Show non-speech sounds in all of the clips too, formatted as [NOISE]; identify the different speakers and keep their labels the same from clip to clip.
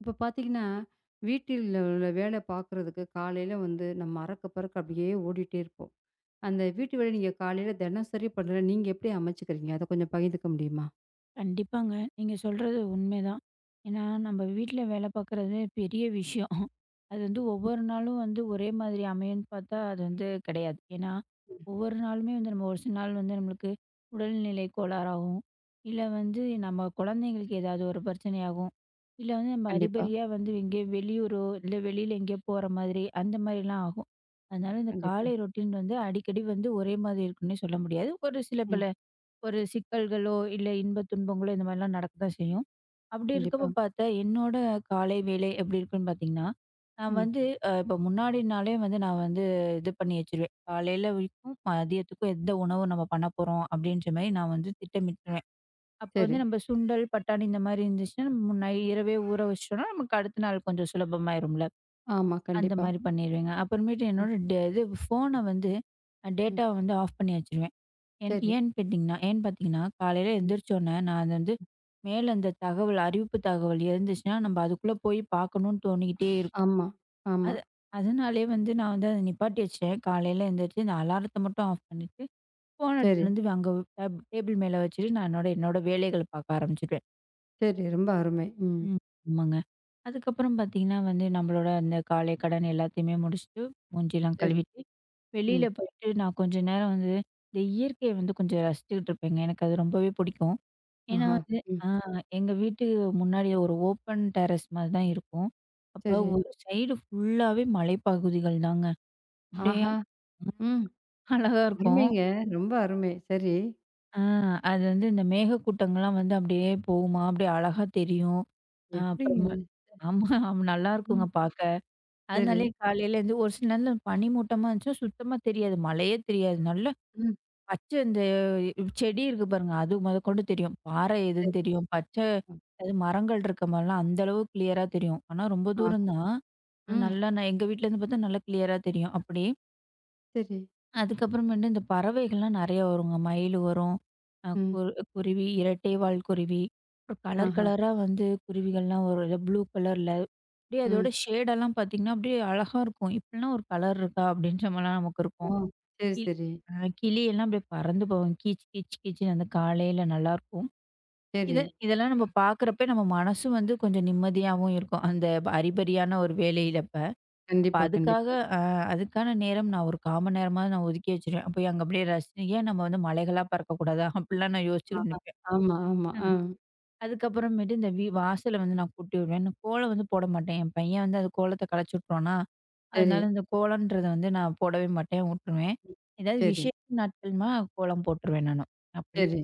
Speaker 1: இப்ப பார்த்தீங்கன்னா, வீட்டில் உள்ள வேலை பார்க்குறதுக்கு காலையில வந்து நம்ம அறக்க பறக்க அப்படியே ஓடிட்டே இருப்போம். அந்த வீட்டு வேலை நீங்க காலையில தினசரி பண்ற நீங்க எப்படி அமைச்சுக்கிறீங்க? அத கொஞ்சம் பகிர்ந்துக்க முடியுமா?
Speaker 2: கண்டிப்பாங்க. நீங்க சொல்றது உண்மைதான். ஏன்னா, நம்ம வீட்ல வேலை பார்க்குறது பெரிய விஷயம். அது வந்து ஒவ்வொரு நாளும் வந்து ஒரே மாதிரி அமையும்ன்னு பார்த்தா, அது வந்து கிடையாது. ஏன்னா, ஒவ்வொரு நாளுமே வந்து நம்ம ஒரு சில நாள் வந்து நம்மளுக்கு உடல்நிலை கோளாறாகும். இல்ல வந்து நம்ம குழந்தைங்களுக்கு ஏதாவது ஒரு பிரச்சனையாகும். இல்ல வந்து நம்ம
Speaker 1: கண்டிப்பா,
Speaker 2: அறிபறியா வந்து எங்கேயோ வெளியூரோ, இல்ல வெளியில எங்கேயோ போற மாதிரி அந்த மாதிரிலாம் ஆகும். அதனால இந்த
Speaker 1: கண்டிப்பா.
Speaker 2: காலை ரொட்டீன் வந்து அடிக்கடி வந்து ஒரே மாதிரி இருக்குன்னே சொல்ல முடியாது. ஒரு சில
Speaker 1: ம்.
Speaker 2: பல ஒரு சிக்கல்களோ, இல்ல இன்ப துன்பங்களோ இந்த மாரிலாம் நடக்கத்தான் செய்யும். அப்படி
Speaker 1: கண்டிப்பா.
Speaker 2: இருக்கப்ப பார்த்தா, என்னோட காலை வேலை எப்படி இருக்குன்னு பார்த்தீங்கன்னா, நான்
Speaker 1: ம்.
Speaker 2: வந்து இப்போ முன்னாடி நாளே வந்து நான் வந்து இது பண்ணி வச்சுருவேன். காலையில வரைக்கும், மதியத்துக்கும் எந்த உணவு நம்ம பண்ண போறோம் அப்படின்ற மாரி நான் வந்து திட்டமிட்டுருவேன். அப்போ
Speaker 1: சரி.
Speaker 2: வந்து நம்ம சுண்டல், பட்டாணி இந்த மாரி இருந்துச்சுன்னா, நம்ம முன்ன இரவே ஊற வச்சுட்டோம்னா, நமக்கு அடுத்த நாள் கொஞ்சம் சுலபமாயிரும்ல.
Speaker 1: ஆமா.
Speaker 2: அந்த
Speaker 1: கண்டிப்பா.
Speaker 2: மாரி பண்ணிருவேங்க. அப்புறமேட்டு
Speaker 1: ம்.
Speaker 2: என்னோட டே இது ஃபோன வந்து
Speaker 1: ம்.
Speaker 2: டேட்டாவ வந்து ஆஃப் பண்ணி வச்சுருவேன்.
Speaker 1: சரி.
Speaker 2: ஏன்னு பார்த்தீங்கன்னா, காலையில
Speaker 1: ம்.
Speaker 2: எந்திரிச்சோனே, நான் அது வந்து மேல அந்த தகவல், அறிவிப்பு தகவல் இருந்துச்சுன்னா, நம்ம அதுக்குள்ள போய் பார்க்கணும்னு தோணிக்கிட்டே இருக்கும்.
Speaker 1: ஆமா, ஆமா.
Speaker 2: அது அதனாலயே வந்து நான் வந்து அத நிப்பாட்டி வச்சுட்டேன். காலையில எந்திரிச்சு இந்த அலாரத்த மட்டும் ஆஃப் பண்ணிட்டு, ஃபோன்
Speaker 1: சரி,
Speaker 2: எடுத்துட்டு வந்து அங்க டேபிள் மேல வச்சுட்டு, நான் என்னோட என்னோட வேலைகள பார்க்க ஆரம்பிச்சுருவேன்.
Speaker 1: சரி. ரொம்ப அருமை. ம்.
Speaker 2: ம். ஆமாங்க. அதுக்கப்புறம் பார்த்தீங்கன்னா வந்து, நம்மளோட அந்த காலை கடன் எல்லாத்தையுமே முடிச்சுட்டு, மூஞ்சிலாம்
Speaker 1: சரி.
Speaker 2: கழுவிட்டு,
Speaker 1: ம்.
Speaker 2: வெளியில போயிட்டு நான் கொஞ்ச நேரம் வந்து, இந்த இயற்கைய வந்து கொஞ்சம் ரசிச்சுக்கிட்டு இருப்பேங்க. எனக்கு அது ரொம்பவே பிடிக்கும். ஏன்னா
Speaker 1: ஆஹா.
Speaker 2: வந்து
Speaker 1: ம்.
Speaker 2: ஆ எங்க வீட்டு முன்னாடி ஒரு ஓப்பன் டெரஸ் மாரி தான் இருக்கும். அப்ப
Speaker 1: சரி.
Speaker 2: ஒரு சைடு ஃபுல்லாவே மலைப்பகுதிகள் தாங்க. அப்படியே
Speaker 1: ஆஹா.
Speaker 2: ம்,
Speaker 1: ம்.
Speaker 2: அழகா இருக்கும்.
Speaker 1: அருமைங்க. ரொம்ப அருமை. சரி.
Speaker 2: ஆ அது வந்து இந்த மேகக்கூட்டங்கள்லாம் வந்து அப்படியே போகுமா, அப்படியே அழகா தெரியும்.
Speaker 1: எப்படிங்க?
Speaker 2: அப்புறமா ஆமா
Speaker 1: ம்.
Speaker 2: நல்லாருக்குங்க பார்க்க.
Speaker 1: சரி.
Speaker 2: அதனாலயே காலையில எழுந்து ஒரு சில நேரத்துல பனிமூட்டமா இருந்துச்சுன்னா சுத்தமா தெரியாது. மழையே தெரியாது. நல்ல
Speaker 1: ம்.
Speaker 2: பச்சை இந்த செடி இருக்கு பாருங்க. அது மொதற்கொண்டு தெரியும். பாறை
Speaker 1: சரி.
Speaker 2: எதுன்னு தெரியும். பச்சை அது மரங்கள் இருக்க மாரிலாம் அந்த அளவு கிளியரா தெரியும். ஆனா ரொம்ப
Speaker 1: ஆ.
Speaker 2: தூரம் தான். ஆனா
Speaker 1: ம்.
Speaker 2: நல்லா நான் எங்க வீட்லேருந்து பார்த்தா நல்லா கிளியரா தெரியும். அப்படி.
Speaker 1: சரி.
Speaker 2: அதுக்கப்புறமேட்டு இந்த பறவைகள்லாம் நெறைய வருங்க. மயில் வரும். அ
Speaker 1: ம்.
Speaker 2: கு குருவி, இரட்டை வால் குருவி. அப்புறம் கலர்
Speaker 1: ஆஹா.
Speaker 2: கலரா வந்து குருவிகள்லாம் வரும். இந்த ப்ளூ கலர்ல. அப்படியே
Speaker 1: ம்.
Speaker 2: அதோட ஷேடெல்லாம் பார்த்தீங்கன்னா, அப்படியே அழகா இருக்கும். இப்படிலாம் ஒரு கலர் இருக்கா? அப்படின்ற மாரிலாம் நமக்கு
Speaker 1: ஓ!
Speaker 2: இருக்கும்.
Speaker 1: சரி,
Speaker 2: கி
Speaker 1: சரி,
Speaker 2: ஆ கிளி எல்லாம் அப்படியே பறந்து போகும். கீச் கீச் கீச்சுன்னு அந்த காலையில நல்லாயிருக்கும். இத
Speaker 1: சரி.
Speaker 2: இதெல்லாம் நம்ம பார்க்குறப்ப நம்ம மனசும் வந்து கொஞ்சம் நிம்மதியாவும் இருக்கும். அந்த அரிபரியான ஒரு வேலையில அப்ப. அப்ப
Speaker 1: கண்டிப்பா,
Speaker 2: அதுக்காக
Speaker 1: கண்டிப்பா.
Speaker 2: அ அதுக்கான நேரம் நான் ஒரு 1/4 மணி நேரமாவது நான் ஒதுக்கி வச்சுருவேன். போய் அங்க அப்படியே ரசிச்சு ஏன் நம்ம வந்து மலைகளா பறக்கக்கூடாதா? அப்படிலாம் நான் யோசிச்சுக்கிட்டு
Speaker 1: ஆஹா.
Speaker 2: நிப்பேன்.
Speaker 1: ஆமா, ஆமா. ஆ.
Speaker 2: அதுக்கப்புறமேட்டு இந்த வாசல வந்து நான் கூட்டி விடுவேன். இந்த கோலம் வந்து போட மாட்டேன். என் பையன் வந்து அது கோலத்த கலச்சு விட்டுருவானா,
Speaker 1: சரி.
Speaker 2: அதனால இந்த கோலம்ன்றத வந்து நான் போடவே மாட்டேன், விட்டுருவேன்.
Speaker 1: ம்.
Speaker 2: ஏதாவது
Speaker 1: சரி,
Speaker 2: விசேஷ நாட்கள்னா கோலம் போட்டுருவேன் நானு. அப்படி.
Speaker 1: சரி.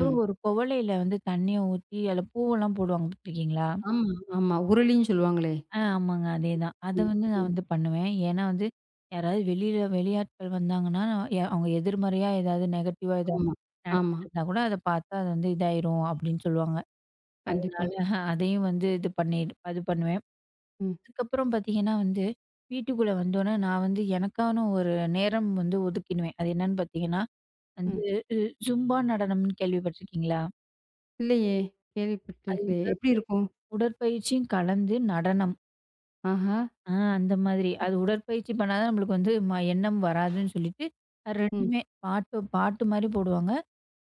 Speaker 1: ம்.
Speaker 2: ஒரு குவளையில வந்து தண்ணிய ஊத்தி அதில பூவெல்லாம் போடுவாங்க பார்த்துருக்கீங்களா?
Speaker 1: ஆமா, ஆமா. உருளின்னு சொல்லுவாங்களே!
Speaker 2: ஆ ஆமாங்க. அதேதான். அத
Speaker 1: ம்,
Speaker 2: வந்து நான்
Speaker 1: ம்.
Speaker 2: வந்து பண்ணுவேன். ஏன்னா வந்து யாராவது வெளியில வெளியாட்கள் வந்தாங்கன்னா, நான் அவங்க எதிர்மறையா ஏதாவது நெகட்டிவா ஏதாவது
Speaker 1: ஆமா, ஆமா.
Speaker 2: நினச்சிட்டு இருந்தா கூட அத பார்த்தா அது வந்து இதாயிரும் அப்படின்னு சொல்லுவாங்க.
Speaker 1: கண்டிப்பா.
Speaker 2: அதனால அதையும் வந்து இது பண்ணி அது பண்ணுவேன்.
Speaker 1: ம்,
Speaker 2: அதுக்கப்புறம் பார்த்தீங்கன்னா வந்து, வீட்டுக்குள்ள வந்தோனே நான் வந்து எனக்கான ஒரு நேரம் வந்து ஒதுக்கிடுவேன். அது என்னன்னு பார்த்தீங்கன்னா, வந்து
Speaker 1: ம்.
Speaker 2: இ ஜும்பா நடனம்னு கேள்விப்பட்டுருக்கீங்களா?
Speaker 1: இல்லையே!
Speaker 2: அது
Speaker 1: கேள்விப்பட்டதில்லையே! எப்படி இருக்கும்?
Speaker 2: உடற்பயிற்சியும் கலந்து நடனம்.
Speaker 1: ஆஹா.
Speaker 2: அந்த மாதிரி. அது உடற்பயிற்சி பண்ணா தான் நம்மளுக்கு வந்து எண்ணம் வராதுன்னு சொல்லிட்டு, அது
Speaker 1: ம்.
Speaker 2: 2மே பாட்டு பாட்டு மாரி போடுவாங்க.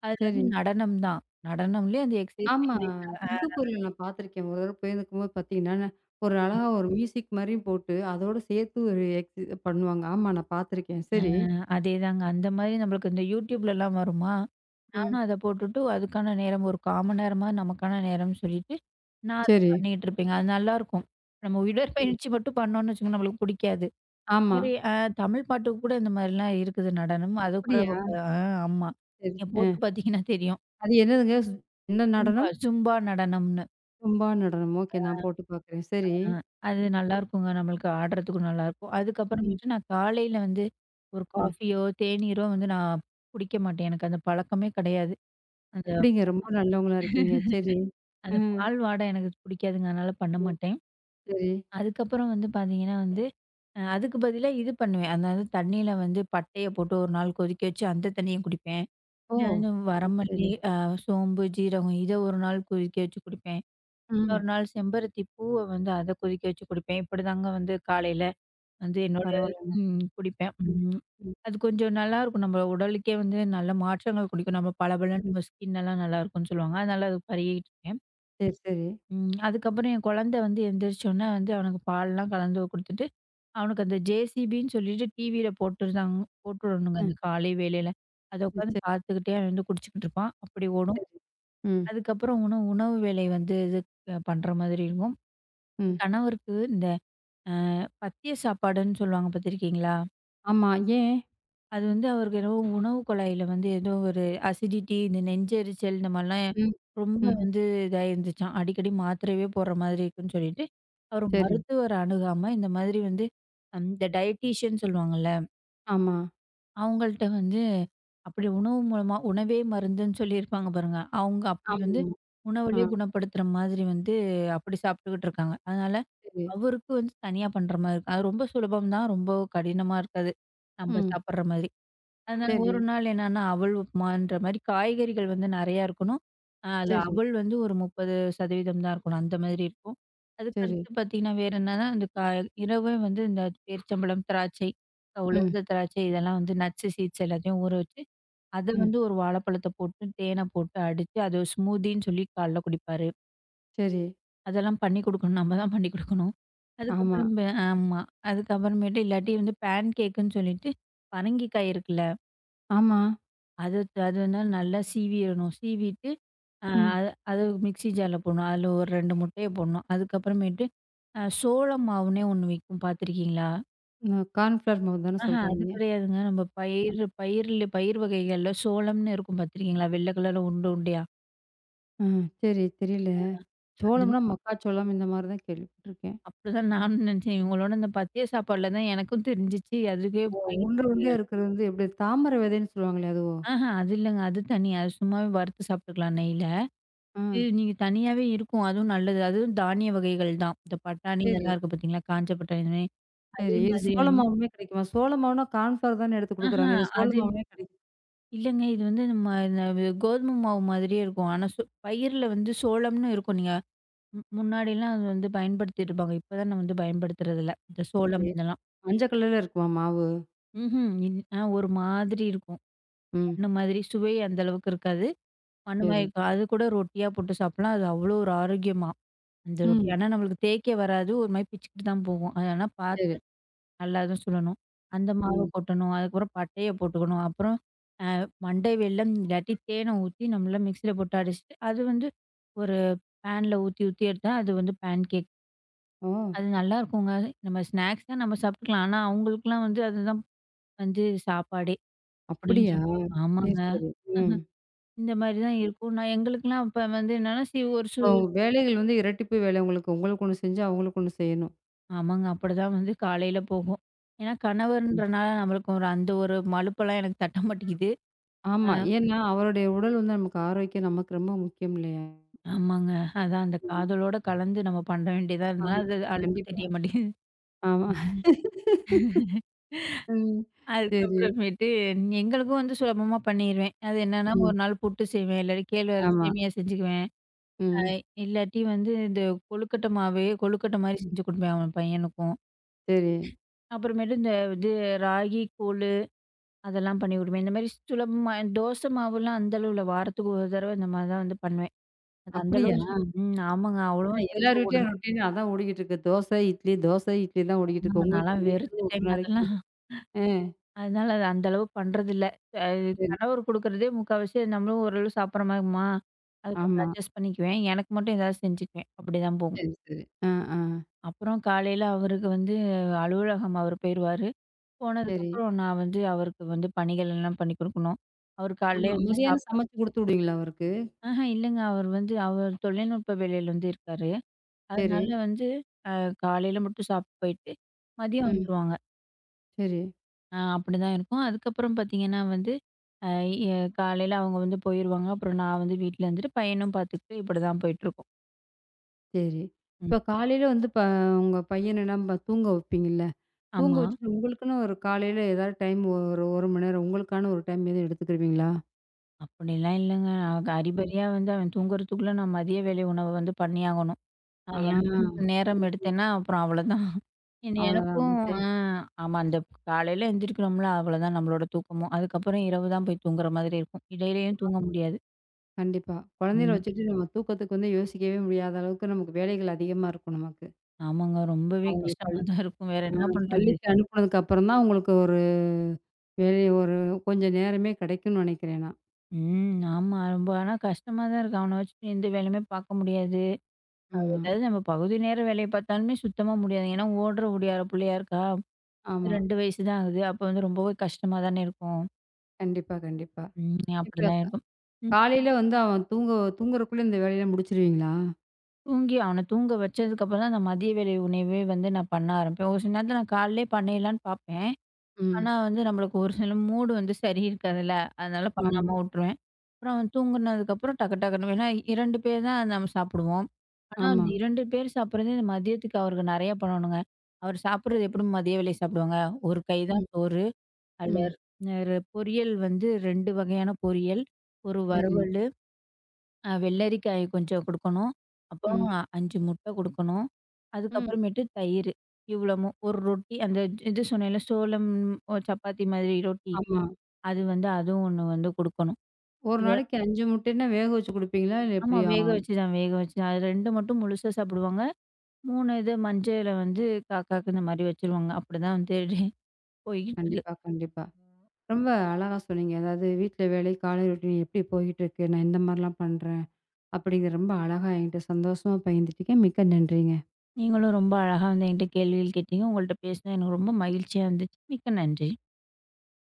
Speaker 2: அதுல
Speaker 1: சரி.
Speaker 2: வந்து நடனம் தான். நடனம்லயே அந்த எக்ஸர்சைஸ்
Speaker 1: ஆமா.
Speaker 2: மாரி.
Speaker 1: சிங்கப்பூர்ல நான் பார்த்துருக்கேன். ஒரு தடவ போயிருக்கும்போது பார்த்தீங்கன்னா, ந ஒரு அழகா ஒரு மியூசிக் மாரியும் போட்டு, அதோட சேர்த்து ஒரு எக்ஸ் பண்ணுவாங்க. ஆமா, நான் பார்த்துருக்கேன்.
Speaker 2: ஆ
Speaker 1: சரி.
Speaker 2: அதேதாங்க. அந்த மாரி நம்மளுக்கு இந்த YouTubeலலாம் வருமா?
Speaker 1: ம்.
Speaker 2: நானும் அத போட்டுட்டு அதுக்கான நேரம் ஒரு 1/4 மணி நேரமா நமக்கான நேரம்னு சொல்லிட்டு, நான் அத
Speaker 1: சரி.
Speaker 2: பண்ணிட்டு இருப்பேங்க. அது நல்லாருக்கும். நம்ம
Speaker 1: ம்.
Speaker 2: உடற்பயிற்சி மட்டும் பண்ணோம்னு வச்சுக்கோங்க, நம்மளுக்கு புடிக்காது. இந்த
Speaker 1: ஆமா.
Speaker 2: மாரி தமிழ் பாட்டுக்கு கூட இந்த மாரிலாம் இருக்குது நடனம். அது கூட நம்ம
Speaker 1: அப்படியா?
Speaker 2: ப அ ஆமா.
Speaker 1: சரி.
Speaker 2: நீங்க போட்டு
Speaker 1: அ
Speaker 2: பார்த்தீங்கன்னா தெரியும்.
Speaker 1: அது என்னதுங்க? ஸ் என்ன
Speaker 2: ஜும்பா
Speaker 1: நடனம்?
Speaker 2: ஜும்பா நடனம்னு.
Speaker 1: ஜும்பா நடனம். ஓகே. நான் போட்டு பார்க்குறேன். சரி.
Speaker 2: அ அது நல்லாருக்குங்க. நம்மளுக்கு ஆடுறதுக்கும் நல்லாருக்கும்.
Speaker 1: ம்.
Speaker 2: அதுக்கப்புறமேட்டு நான் காலையில வந்து ஒரு
Speaker 1: ம்.
Speaker 2: காஃபியோ, தேநீரோ வந்து நான் குடிக்க மாட்டேன். எனக்கு அந்த பழக்கமே கிடையாது. அந்த
Speaker 1: எப்படிங்க ரொம்ப நல்லவங்களா இருக்கீங்க. சரி. அ.
Speaker 2: அந்த பால் வாடை எனக்கு பிடிக்காதுங்க. அதனால பண்ண
Speaker 1: ம்.
Speaker 2: மாட்டேன்.
Speaker 1: சரி.
Speaker 2: அதுக்கப்புறம் வந்து பார்த்தீங்கன்னா வந்து, அதுக்கு பதிலா இது பண்ணுவேன். அதாவது தண்ணீல வந்து பட்டைய போட்டு ஒரு நாள் கொதிக்க வச்சு அந்த தண்ணிய குடிப்பேன்.
Speaker 1: ஓ!
Speaker 2: இல்ல வந்து
Speaker 1: சரி,
Speaker 2: வரமல்லி,
Speaker 1: சரி.
Speaker 2: சோம்பு, ஜீரகம் இத ஒரு நாள் கொதிக்க வச்சு குடிப்பேன்.
Speaker 1: ம்.
Speaker 2: இன்னொரு நாள் செம்பருத்தி பூவ வந்து அத கொதிக்க வச்சு குடிப்பேன். இப்படிதாங்க வந்து காலையில வந்து என்னோட
Speaker 1: பரவாயில்லங்க.
Speaker 2: ம் குடிப்பேன்.
Speaker 1: ம்.
Speaker 2: ம்.
Speaker 1: ம்.
Speaker 2: அது கொஞ்சம் நல்லாயிருக்கும். நம்ம உடலுக்கே வந்து நல்ல மாற்றங்கள் குடிக்கும். நம்ம பளபளன்னு
Speaker 1: ம்.
Speaker 2: நம்ம ஸ்கின் எல்லாம் நல்லாயிருக்கும்னு சொல்லுவாங்க. அதனால அது பருகிட்டு இருக்கேன்.
Speaker 1: சரி, சரி.
Speaker 2: ம். அதுக்கப்புறம் என் குழந்தை வந்து எந்திரிச்சோனே வந்து அவனுக்கு பால்லாம் கலந்து குடுத்துட்டு அவனுக்கு அந்த ஜேசிபின்னு சொல்லிட்டு டிவியில போட்டுருந்தாங்க. போட்டுடணுங்க
Speaker 1: அ. ம்.
Speaker 2: அந்த காலை வேளையில. அத உட்காந்து
Speaker 1: சரி,
Speaker 2: பார்த்துக்கிட்டே அவன் வந்து குடிச்சுக்கிட்டு இருப்பான். அப்படி ஓடும்.
Speaker 1: சரி. ம்.
Speaker 2: அதுக்கப்புறம் உணவு உணவு வேலை வந்து இது பண்ற மாதிரி இருக்கும்.
Speaker 1: ம்.
Speaker 2: என் கணவருக்கு இந்த அ பத்திய சாப்பாடுன்னு சொல்லுவாங்க பார்த்துருக்கீங்களா?
Speaker 1: ஆமா. ஏன்?
Speaker 2: அது வந்து அவருக்கு ஏதோ உணவு குழாயில வந்து ஏதோ ஒரு அசிடிட்டி, இந்த நெஞ்செரிச்சல் இந்த மாரிலாம்
Speaker 1: ம்.
Speaker 2: ரொம்ப
Speaker 1: ம்.
Speaker 2: வந்து இதா இருந்துச்சாம். அடிக்கடி மாத்திரையே போடுற மாதிரி இருக்குன்னு சொல்லிட்டு, அவர்
Speaker 1: சரி.
Speaker 2: மருத்துவர அணுகாம இந்த மாதிரி வந்து இந்த டயட்டீஷியன் சொல்லுவாங்கல்ல.
Speaker 1: ஆமா.
Speaker 2: அவங்கள்ட்ட வந்து அப்படி உணவு மூலமா உணவே மருந்துன்னு சொல்லியிருப்பாங்க பாருங்க. அவங்க அப்படி வந்து
Speaker 1: ஆமாமா. ஆ.
Speaker 2: உணவுலயே குணப்படுத்துற மாதிரி வந்து அப்படி சாப்பிட்டுக்கிட்டு இருக்காங்க. அதனால
Speaker 1: சரி.
Speaker 2: அவருக்கு வந்து தனியா பண்ற மாரி இருக்கும். அது ரொம்ப சுலபம் தான். ரொம்ப கடினமா இருக்காது. நம்ம
Speaker 1: ம்.
Speaker 2: சாப்பிடுற மாதிரி. அதனால
Speaker 1: சரி,
Speaker 2: ஒரு நாள் என்னன்னா, அவல் உப்புமான்ற மாரி காய்கறிகள் வந்து நெறையா இருக்கணும். அதுல
Speaker 1: சரி,
Speaker 2: அவல் வந்து ஒரு 30% தான் இருக்கணும். அந்த மாதிரி இருக்கும்.
Speaker 1: சரி.
Speaker 2: அதுக்கடுத்து பார்த்தீங்கன்னா, வேற என்னன்னா, இந்த இரவே வந்து இந்த பேரிச்சம்பழம், திராட்சை,
Speaker 1: ம்.
Speaker 2: உலர்ந்த திராட்சை இதெல்லாம் வந்து நட்ஸ், சீட்ஸ் எல்லாத்தையும் ஊற வச்சு, அத
Speaker 1: ம்.
Speaker 2: வந்து ஒரு வாழைப்பழத்த போட்டு, தேன போட்டு அடிச்சு, அது ஸ்மூதின்னு சொல்லி காலைல குடிப்பாரு.
Speaker 1: சரி.
Speaker 2: அதெல்லாம் பண்ணி குடுக்கணும். நம்ம தான் பண்ணி குடுக்கணும்.
Speaker 1: ஆமா.
Speaker 2: அதுக்கப்புறம் ஆமா. அதுக்கப்புறமேட்டு இல்லாட்டி வந்து பேன் கேக்குன்னு சொல்லிட்டு, பரங்கிக்காய் இருக்குல்ல
Speaker 1: ஆமா.
Speaker 2: அது அது வந்து நல்லா சீவிடணும். சீவிட்டு அ
Speaker 1: ம்.
Speaker 2: அது அது மிக்ஸி ஜார்ல போடணும். அதில ஒரு 2 முட்டைய போடணும். அதுக்கப்புறமேட்டு சோள மாவுன்னே ஒண்ணு விக்கும் பார்த்துருக்கீங்களா?
Speaker 1: இந்த கார்ன்ஃப்ளவர் மாவு தானே
Speaker 2: ஆஹா அது
Speaker 1: சொல்றாய்ங்க?
Speaker 2: கிடையாதுங்க. நம்ம பயிர் வகைகள்ல சோளம்னு இருக்கும் பார்த்துருக்கீங்களா? வெள்ள கலர்ல உருண்டை உருண்டையா?
Speaker 1: ஆ சரி தெரியல.
Speaker 2: அந்த ம-
Speaker 1: சோளம்னா மக்காச்சோளம் இந்த மாரி தான் கேள்விப்பட்டுருக்கேன்.
Speaker 2: அப்படிதான் நானும் நினச்சேன். இவங்களோட இந்த பத்திய சாப்பாடுல தான் எனக்கும் தெரிஞ்சுச்சு. அதுவே பயிர்
Speaker 1: உருண்டை உருண்டையா
Speaker 2: வகைகள்.
Speaker 1: இருக்கிறது வந்து எப்படி தாமரை விதைன்னு சொல்லுவாங்களே அதுவோ?
Speaker 2: ஆஹா அது இல்லங்க. அது தனி. அது சும்மாவே வறுத்து சாப்பிட்டுக்கலாம் நெய்ல.
Speaker 1: ஆ
Speaker 2: இது நீங்க தனியாவே இருக்கும். அதுவும் நல்லது. அதுவும் தானிய வகைகள் தான். இந்த பட்டாணி
Speaker 1: சரி,
Speaker 2: இதெல்லாம் இருக்கு பார்த்தீங்களா? காஞ்ச பட்டாணி இதுமாரி. அதே
Speaker 1: சரி. இது
Speaker 2: மாதிரி
Speaker 1: சோள
Speaker 2: வந்து
Speaker 1: மாவுமே கிடைக்குமா? சோள மாவுனா கார்ன்ஃப்ளவர் தானே எடுத்து
Speaker 2: ஆஹா
Speaker 1: குடுக்குறாங்க. இது சோள
Speaker 2: அது
Speaker 1: மாவுலயே கிடைக்கும்.
Speaker 2: இல்லங்க. இது வந்து நம்ம இந்த கோதுமை மாவு மாதிரியே இருக்கும். ஆனா பயிர்ல வந்து சோளம்னு இருக்கும். நீங்க முன்னாடிலாம் அது வந்து பயன்படுத்திட்டு இருப்பாங்க. இப்ப தான் நான் வந்து பயன்படுத்துறதில்ல. இந்த
Speaker 1: சரி.
Speaker 2: சோளம் இதெல்லாம்.
Speaker 1: மஞ்ச கலர்ல இருக்குமா மாவு?
Speaker 2: ம்ஹ்ம். இன் ஆ ஒரு மாதிரி இருக்கும்.
Speaker 1: ம்.
Speaker 2: மண்ணு மாதிரி சுவை அந்த அளவுக்கு இருக்காது. மண்ணு மாதிரி
Speaker 1: சரி.
Speaker 2: இருக்கும். அது கூட ரொட்டியா போட்டு சாப்பிடலாம். அது அவ்வளோ ஒரு ஆரோக்கியமா. அந்த ரொட்டி.
Speaker 1: ம்.
Speaker 2: ஆனா நம்மளுக்கு தேய்க்க வராது. ஒரு மாரி பிச்சுக்கிட்டு தான் போகும். அதனால பார்த்து
Speaker 1: சரி.
Speaker 2: நல்லா தான் சுடணும். அந்த மாவ
Speaker 1: ம்.
Speaker 2: கொட்டணும். அதுக்கப்புறம் பட்டைய போட்டுக்கணும். அப்புறம் மண்டை வெல்லம் இல்லாட்டி தேனை ஊத்தி நம்மளா மிக்ஸியில போட்டு அடிச்சுட்டு, அது வந்து ஒரு பேன்ல ஊத்தி ஊத்தி எடுத்தா, அது வந்து பேன் கேக்.
Speaker 1: ஓ!
Speaker 2: அது நல்லாருக்குங்க. நம்ம ஸ்நாக்ஸா நம்ம சாப்பிட்டுக்கலாம். ஆனா, அவங்களுக்குலாம் வந்து அதுதான் வந்து சாப்பாடே
Speaker 1: அப்படியா?
Speaker 2: அப்படின்ற
Speaker 1: சரி,
Speaker 2: ஆமாங்க.
Speaker 1: சரி. ம்.
Speaker 2: இந்த மாரி தான் இருக்கும். நான் எங்களுக்கெல்லாம் அப்ப வந்து என்னன்னா, சி ஒரு சு
Speaker 1: இப்போ வேலைகள் வந்து இரட்டிப்பு வேலை உங்களுக்கு. உங்களுக்கு ஒண்ணு செஞ்சு அவங்களுக்கு ஒண்ணு செய்யணும்.
Speaker 2: ஆமாங்க. அப்படிதான் வந்து காலையில போகும். ஏன்னா
Speaker 1: ம்.
Speaker 2: கணவர்ன்றனால நம்மளுக்கு ஒரு அந்த ஒரு மலுப்பெல்லாம் எனக்கு தட்ட மாட்டேங்குது. அ
Speaker 1: ஆமா. ஏன்னா, அவருடைய உடல் வந்து நமக்கு ஆரோக்கியம் நமக்கு ரொம்ப முக்கியம் இல்லையா?
Speaker 2: ஆமாங்க. அதான் அந்த
Speaker 1: ம்.
Speaker 2: காதலோட கலந்து நம்ம பண்ண வேண்டியதா இருந்ததுனால,
Speaker 1: ஆமா.
Speaker 2: அது அலுப்பு
Speaker 1: கண்டிப்பா.
Speaker 2: தெரிய மாட்டேங்குது.
Speaker 1: ஆமா.
Speaker 2: ம்.
Speaker 1: ம். சரி.
Speaker 2: அதுக்கப்புறமேட்டு எங்களுக்கும் வந்து சுலபமா பண்ணிருவேன். அது என்னன்னா,
Speaker 1: ம்.
Speaker 2: ஒரு நாள் புட்டு செய்வேன், இல்லாட்டி கேழ்வரகு
Speaker 1: ஆமா.
Speaker 2: சேமியா செஞ்சுக்குவேன். அ
Speaker 1: ம்.
Speaker 2: இல்லாட்டி வந்து இந்த கொழுக்கட்டை மாவு, கொழுக்கட்டை மாரி
Speaker 1: ம்.
Speaker 2: செஞ்சு குடுப்பேன் அவன் பையனுக்கும்.
Speaker 1: சரி.
Speaker 2: அப்புறமேட்டு இந்த இது ராகி கூழு அதெல்லாம் பண்ணி குடுப்பேன். இந்த மாரி சுலபமா தோசை மாவுலாம் அந்த அளவு இல்ல. வாரத்துக்கு ஒரு தடவை இந்த மாரி தான் வந்து பண்ணுவேன். அது அந்த
Speaker 1: அப்படியா?
Speaker 2: அளவு ம் ஆமாங்க.
Speaker 1: ஏன்னா
Speaker 2: அவ்வளவும்
Speaker 1: எல்லார் வீட்லயும்
Speaker 2: சேர்க்கக்கூடாது.
Speaker 1: ரொட்டீனா அதான் ஓடிக்கிட்டு இருக்கு. தோசை, இட்லி, தோசை, இட்லி தான் ஓடிக்கிட்டு இருக்கு.
Speaker 2: ஆமாங்க
Speaker 1: உங்க வீட்ல
Speaker 2: நான்லாம்
Speaker 1: என்னைக்காவது ஒரு
Speaker 2: வெறுத்துட்டேங்க
Speaker 1: நாளைக்கு
Speaker 2: அதெல்லாம்.
Speaker 1: ஆ
Speaker 2: அதனால அது அந்த அளவு பண்றதில்ல. அ
Speaker 1: சரி.
Speaker 2: கணவர் குடுக்குறதே முக்காவாசி நம்மளும் ஓரளவு சாப்பிடுறோமாம்மா, அது கொஞ்சம்
Speaker 1: ஆமா.
Speaker 2: அட்ஜஸ்ட் பண்ணிக்குவேன். எனக்கு மட்டும் ஏதாவது செஞ்சுக்குவேன். அப்படிதான் போகும்.
Speaker 1: சரி, சரி. ஆ, ஆ.
Speaker 2: அப்புறம் காலையில அவருக்கு வந்து அலுவலகம் அவர் போயிருவாரு.
Speaker 1: சரி.
Speaker 2: போனதுக்கப்புறம் நான் வந்து அவருக்கு வந்து பணிகள் எல்லாம் பண்ணி குடுக்கணும். அவர் காலையிலே
Speaker 1: ஆமா.
Speaker 2: வந்து
Speaker 1: மதியானம்
Speaker 2: சாப்பிட
Speaker 1: சமைச்சு குடுத்து விடுவீங்களா அவருக்கு?
Speaker 2: ஆஹ இல்லங்க. அவர் வந்து அவர் தொழில்நுட்ப வேலையில வந்து இருக்காரு.
Speaker 1: சரி.
Speaker 2: அதனால வந்து அ காலையில மட்டும் சாப்பிட்டு போயிட்டு, மதியம்
Speaker 1: ம்.
Speaker 2: வந்துருவாங்க.
Speaker 1: சரி,
Speaker 2: அப்படிதான் இருக்கும். அதுக்கப்புறம் பார்த்தீங்கன்னா வந்து, அ எ காலையில அவங்க வந்து போயிருவாங்க. அப்புறம் நான் வந்து வீட்ல இருந்துட்டு பையனும் பார்த்துக்கிட்டு இப்படிதான் போயிட்டுருக்கும்.
Speaker 1: சரி.
Speaker 2: ம்.
Speaker 1: இப்ப காலையில வந்து ப உங்க பையன நம்ப தூங்க வைப்பீங்கல்ல? தூங்க
Speaker 2: ஆமா.
Speaker 1: வச்சுட்டு உங்களுக்குன்னு ஒரு காலையில ஏதாவது டைம் ஒரு 1 மணி நேரம் உங்களுக்கான ஒரு டைம் எதுவும் எடுத்துக்கிருவீங்களா?
Speaker 2: அப்படிலாம் இல்லங்க. நான்
Speaker 1: ம்.
Speaker 2: அரிபரியா வந்து அவன் தூங்குறதுக்குள்ள நான் மதிய வேலை உணவு வந்து பண்ணியாகணும்.
Speaker 1: ஆ
Speaker 2: எனக்குன்னு நேரம் எடுத்தேன்னா அப்புறம் அவ்வளோதான். என்ன
Speaker 1: அவ்வளோதான்.
Speaker 2: எனக்கும்
Speaker 1: மத்த
Speaker 2: அ ஆமா அந்த காலையில எந்திரிக்கிறோம்ல அவ்வளோதான் நம்மளோட தூக்கமும். அதுக்கப்புறம் இரவு தான் போய் தூங்குற மாதிரி இருக்கும். இடையிலயும் தூங்க முடியாது.
Speaker 1: கண்டிப்பா. குழந்தைகள
Speaker 2: ம்.
Speaker 1: வச்சுட்டு நம்ம தூக்கத்துக்கு வந்து யோசிக்கவே முடியாத அளவுக்கு நமக்கு வேலைகள் அதிகமா இருக்கும் நமக்கு.
Speaker 2: ஆமாங்க ரொம்பவே
Speaker 1: அவங்கள பள்
Speaker 2: கஷ்டமா தான் இருக்கும். வேற என்ன பண்றது?
Speaker 1: பள்ளிக்கு அனுப்புனதுக்கு அப்புறம் தான் உங்களுக்கு ஒரு வேலை ஒரு கொஞ்சம் நேரமே கிடைக்கும்னு நினைக்கிறேன் நான்.
Speaker 2: ம். ஆமா. ரொம்ப ஆனா கஷ்டமா தான் இருக்கு. அவன வச்சுட்டு எந்த வேலையுமே பார்க்க முடியாது. அவ
Speaker 1: ஆமா,
Speaker 2: ஏதாவது நம்ம பகுதி நேர வேலைய பார்த்தாலுமே சுத்தமா முடியாது. ஏன்னா ஓடுற ஓடியார புள்ளையா இருக்கா.
Speaker 1: ஆமா.
Speaker 2: 2 வயசு தான் ஆகுது. அப்ப வந்து ரொம்பவே கஷ்டமா தானே இருக்கும்.
Speaker 1: கண்டிப்பா, கண்டிப்பா.
Speaker 2: ம்.
Speaker 1: இப்ப
Speaker 2: அப்படிதான்
Speaker 1: கா-
Speaker 2: இருக்கும். ம்.
Speaker 1: காலையில வந்து அவன் தூங்குறக்குள்ள இந்த வேலையெல்லாம் முடிச்சுருவீங்களா?
Speaker 2: அவன தூங்க வச்சதுக்கப்புறம் தான் அந்த மதிய வேலை உணவே வந்து நான் பண்ண ஆரம்பிப்பேன். ஒரு சில நேரத்தில நான் காலையிலேயே பண்ணிடலான்னு பார்ப்பேன்.
Speaker 1: ம்.
Speaker 2: ஆனா வந்து நம்மளுக்கு ஒரு சில மூடு வந்து சரி இருக்காதுல்ல. அதனால
Speaker 1: ஆமா,
Speaker 2: பண்ணாம விட்டுருவேன். அப்புறம் தூங்குனதுக்கப்புறம் டக்கு டக்குன்னு ஏன்னா 2 பேர் தான் நம்ம சாப்பிடுவோம். ஆனா
Speaker 1: ஆமா.
Speaker 2: அந்த 2 பேர் சாப்பிடுறதே இந்த மதியத்துக்கு அவருக்கு நெறைய பண்ணணுங்க. அவர் சாப்பிடுறது எப்படியும் மதிய வேளை சாப்பிடுவாங்க. ஒரு கை தான்
Speaker 1: ம்,
Speaker 2: சோறு,
Speaker 1: ம்.
Speaker 2: அல்லர் பொரியல் வந்து 2 வகையான பொரியல், ஒரு
Speaker 1: சரி.
Speaker 2: வறுவல். வெள்ளரிக்காய் கொஞ்சம் குடுக்கணும். அப்புறம்
Speaker 1: ம்,
Speaker 2: 5 முட்டை குடுக்கணும்.
Speaker 1: ம்.
Speaker 2: அதுக்கப்புறமேட்டு தயிரு. இவ்வளமும் ஒரு ரொட்டி அந்த இது சொன்னேன்ல சோளம் சப்பாத்தி மாதிரி ரொட்டி.
Speaker 1: ஆமா.
Speaker 2: அது வந்து அதுவும் 1 வந்து குடுக்கணும்.
Speaker 1: ஒரு
Speaker 2: இவ
Speaker 1: நாளைக்கு 5 முட்டைன்னா வேக வச்சு குடுப்பீங்களா? இல்ல
Speaker 2: ஆமா
Speaker 1: எப்படியா? ம்.
Speaker 2: வேக வச்சு தான். அது 2 மட்டும் முழுசா சாப்பிடுவாங்க. 3 இது மஞ்சள வந்து காக்காக்கு இந்த மாரி வச்சுருவாங்க. அப்படிதான் வந்து [LAUGHS] போய்கிட்டு இருக்கு.
Speaker 1: கண்டிப்பா, கண்டிப்பா. ரொம்ப அழகா சொன்னீங்க. அதாவது வீட்ல வேலை, காலை ரொட்டீன் எப்படி போயிட்டுருக்கு? நான் இந்த மாரிலாம் பண்றேன். அப்படிங்கிற ரொம்ப அழகா என்கிட்ட சந்தோஷமா பகிர்ந்துட்டீங்க. மிக்க நன்றிங்க.
Speaker 2: நீங்களும் ரொம்ப அழகா வந்து என்கிட்ட கேள்விகள் கேட்டீங்க. உங்கள்ட்ட பேசினது எனக்கு ரொம்ப மகிழ்ச்சியா இருந்துச்சு. மிக்க நன்றி.